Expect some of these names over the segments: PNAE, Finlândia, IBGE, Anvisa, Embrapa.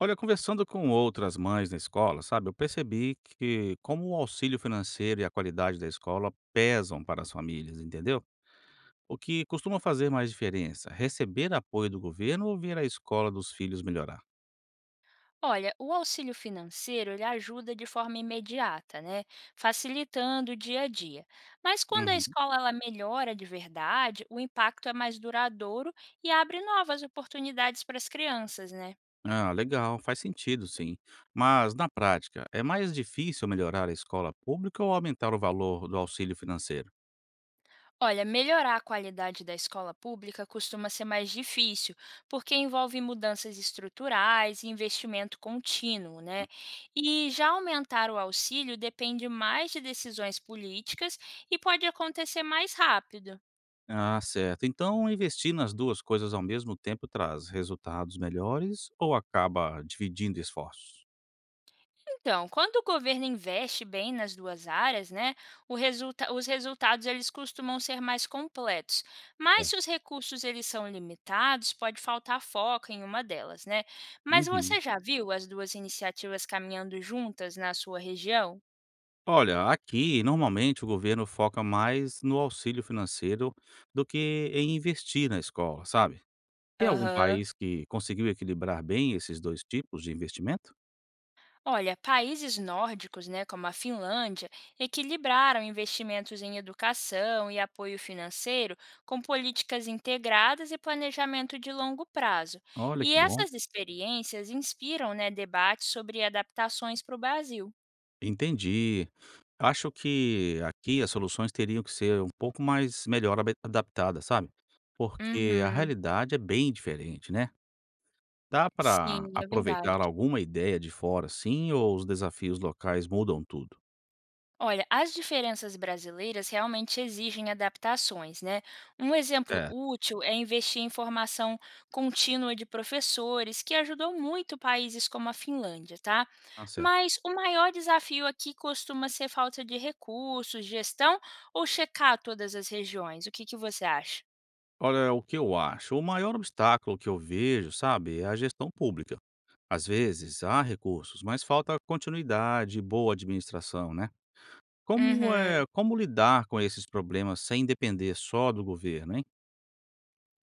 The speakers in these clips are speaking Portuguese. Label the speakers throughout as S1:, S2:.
S1: Olha, conversando com outras mães na escola, sabe, eu percebi que como o auxílio financeiro e a qualidade da escola pesam para as famílias, entendeu? O que costuma fazer mais diferença? Receber apoio do governo ou ver a escola dos filhos melhorar?
S2: Olha, o auxílio financeiro ele ajuda de forma imediata, né? Facilitando o dia a dia. Mas quando a
S1: Uhum.
S2: escola ela melhora de verdade, o impacto é mais duradouro e abre novas oportunidades para as crianças, né?
S1: Ah, legal, faz sentido, sim. Mas, na prática, é mais difícil melhorar a escola pública ou aumentar o valor do auxílio financeiro?
S2: Olha, melhorar a qualidade da escola pública costuma ser mais difícil, porque envolve mudanças estruturais e investimento contínuo, né? E já aumentar o auxílio depende mais de decisões políticas e pode acontecer mais rápido.
S1: Ah, certo. Então, investir nas duas coisas ao mesmo tempo traz resultados melhores ou acaba dividindo esforços?
S2: Então, quando o governo investe bem nas duas áreas, né, os resultados eles costumam ser mais completos. Mas
S1: Certo.
S2: se os recursos eles são limitados, pode faltar foco em uma delas, né? Mas
S1: Uhum.
S2: você já viu as duas iniciativas caminhando juntas na sua região?
S1: Olha, aqui normalmente o governo foca mais no auxílio financeiro do que em investir na escola, sabe? Tem algum
S2: Aham.
S1: país que conseguiu equilibrar bem esses dois tipos de investimento?
S2: Olha, países nórdicos, né, como a Finlândia, equilibraram investimentos em educação e apoio financeiro com políticas integradas e planejamento de longo prazo.
S1: Olha
S2: E
S1: que bom.
S2: essas experiências inspiram, né, debates sobre adaptações para o Brasil.
S1: Entendi. Acho que aqui as soluções teriam que ser um pouco mais melhor adaptadas, sabe? Porque a
S2: Uhum,
S1: realidade é bem diferente, né? Dá para
S2: sim, é verdade.
S1: aproveitar alguma ideia de fora, sim, ou os desafios locais mudam tudo?
S2: Olha, as diferenças brasileiras realmente exigem adaptações, né? Um exemplo
S1: É,
S2: útil é investir em formação contínua de professores, que ajudou muito países como a Finlândia, tá?
S1: tá certo.
S2: Mas o maior desafio aqui costuma ser falta de recursos, gestão ou checar todas as regiões. O que que você acha?
S1: Olha, o que eu acho, o maior obstáculo que eu vejo, sabe, é a gestão pública. Às vezes há recursos, mas falta continuidade e boa administração, né? Como
S2: Uhum.
S1: é, como lidar com esses problemas sem depender só do governo, hein?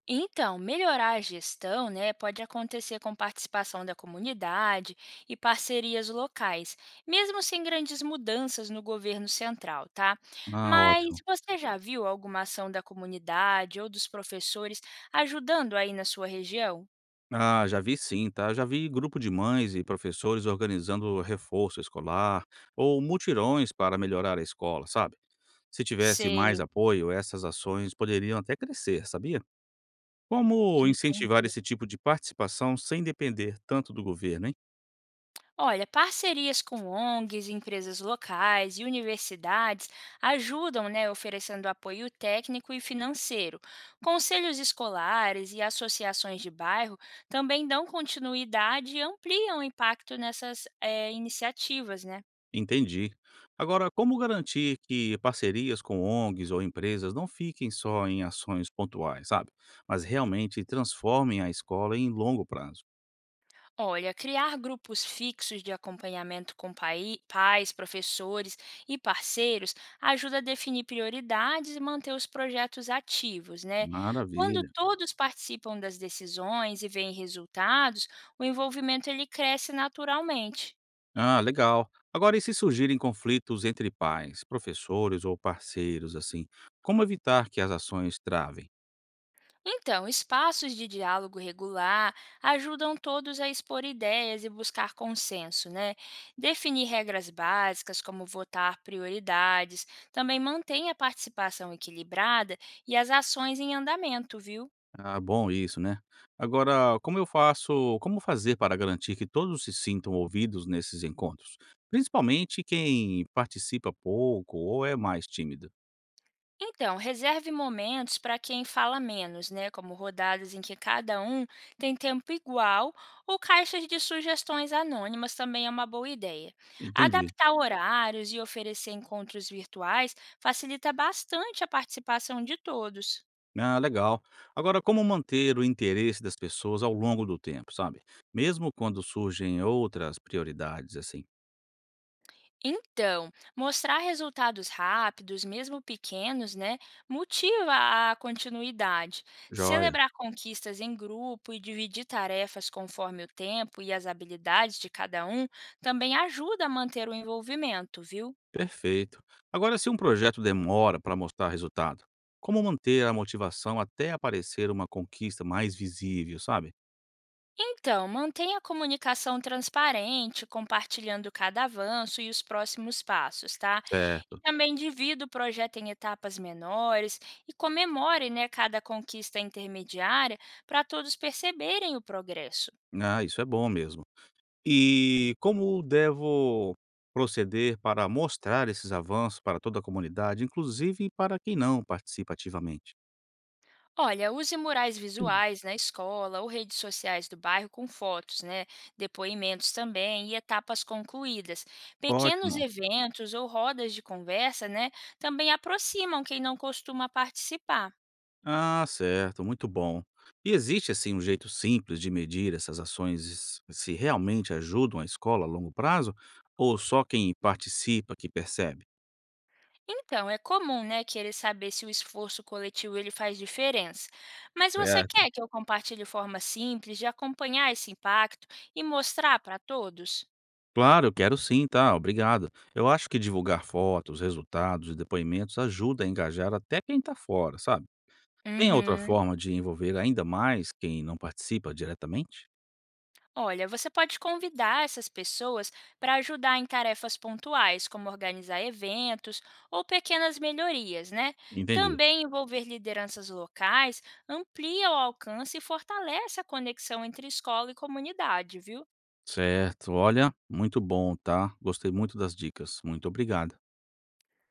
S2: Então, melhorar a gestão, né, pode acontecer com participação da comunidade e parcerias locais, mesmo sem grandes mudanças no governo central, tá?
S1: Ah,
S2: Mas
S1: ótimo.
S2: você já viu alguma ação da comunidade ou dos professores ajudando aí na sua região?
S1: Ah, já vi sim, tá? Já vi grupo de mães e professores organizando reforço escolar ou mutirões para melhorar a escola, sabe? Se tivesse mais
S2: Sei,
S1: apoio, essas ações poderiam até crescer, sabia? Como incentivar
S2: entendi.
S1: esse tipo de participação sem depender tanto do governo, hein?
S2: Olha, parcerias com ONGs, empresas locais e universidades ajudam, né, oferecendo apoio técnico e financeiro. Conselhos escolares e associações de bairro também dão continuidade e ampliam o impacto nessas iniciativas, né?
S1: Entendi. Agora, como garantir que parcerias com ONGs ou empresas não fiquem só em ações pontuais, sabe? Mas realmente transformem a escola em longo prazo?
S2: Olha, criar grupos fixos de acompanhamento com pais, professores e parceiros ajuda a definir prioridades e manter os projetos ativos, né? Quando
S1: Maravilha.
S2: todos participam das decisões e veem resultados, o envolvimento ele cresce naturalmente.
S1: Ah, legal. Agora, e se surgirem conflitos entre pais, professores ou parceiros, assim, como evitar que as ações travem?
S2: Então, espaços de diálogo regular ajudam todos a expor ideias e buscar consenso, né? Definir regras básicas, como votar prioridades, também mantém a participação equilibrada e as ações em andamento, viu?
S1: Ah, bom isso, né. Agora, como eu faço como fazer para garantir que todos se sintam ouvidos nesses encontros? Principalmente quem participa pouco ou é mais tímido.
S2: Então, reserve momentos para quem fala menos, né? Como rodadas em que cada um tem tempo igual, ou caixas de sugestões anônimas também é uma boa ideia.
S1: Entendi.
S2: Adaptar horários e oferecer encontros virtuais facilita bastante a participação de todos.
S1: Ah, legal. Agora, como manter o interesse das pessoas ao longo do tempo, sabe? Mesmo quando surgem outras prioridades, assim.
S2: Então, mostrar resultados rápidos, mesmo pequenos, né, motiva a continuidade.
S1: Joia.
S2: Celebrar conquistas em grupo e dividir tarefas conforme o tempo e as habilidades de cada um também ajuda a manter o envolvimento, viu?
S1: Perfeito. Agora, se um projeto demora para mostrar resultado, como manter a motivação até aparecer uma conquista mais visível, sabe?
S2: Então, mantenha a comunicação transparente, compartilhando cada avanço e os próximos passos, tá? E
S1: Certo.
S2: também divida o projeto em etapas menores e comemore né, cada conquista intermediária para todos perceberem o progresso.
S1: Ah, isso é bom mesmo. E como devo proceder para mostrar esses avanços para toda a comunidade, inclusive para quem não participa ativamente?
S2: Olha, use murais visuais na escola ou redes sociais do bairro com fotos, né, depoimentos também e etapas concluídas. Pequenos
S1: Ótimo.
S2: eventos ou rodas de conversa, né, também aproximam quem não costuma participar.
S1: Ah, certo, muito bom. E existe assim um jeito simples de medir essas ações se realmente ajudam a escola a longo prazo ou só quem participa que percebe?
S2: Então, é comum, né, querer saber se o esforço coletivo ele faz diferença. Mas você
S1: Certo.
S2: quer que eu compartilhe forma simples de acompanhar esse impacto e mostrar para todos?
S1: Claro, eu quero sim, tá? Obrigado. Eu acho que divulgar fotos, resultados e depoimentos ajuda a engajar até quem está fora, sabe? Tem outra
S2: Uhum.
S1: forma de envolver ainda mais quem não participa diretamente?
S2: Olha, você pode convidar essas pessoas para ajudar em tarefas pontuais, como organizar eventos ou pequenas melhorias, né?
S1: Entendi.
S2: Também envolver lideranças locais amplia o alcance e fortalece a conexão entre escola e comunidade, viu?
S1: Certo. Olha, muito bom, tá? Gostei muito das dicas. Muito obrigado.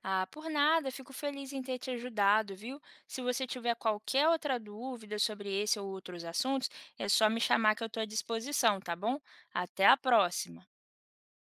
S2: Ah, por nada, fico feliz em ter te ajudado, viu? Se você tiver qualquer outra dúvida sobre esse ou outros assuntos, é só me chamar que eu estou à disposição, tá bom? Até a próxima!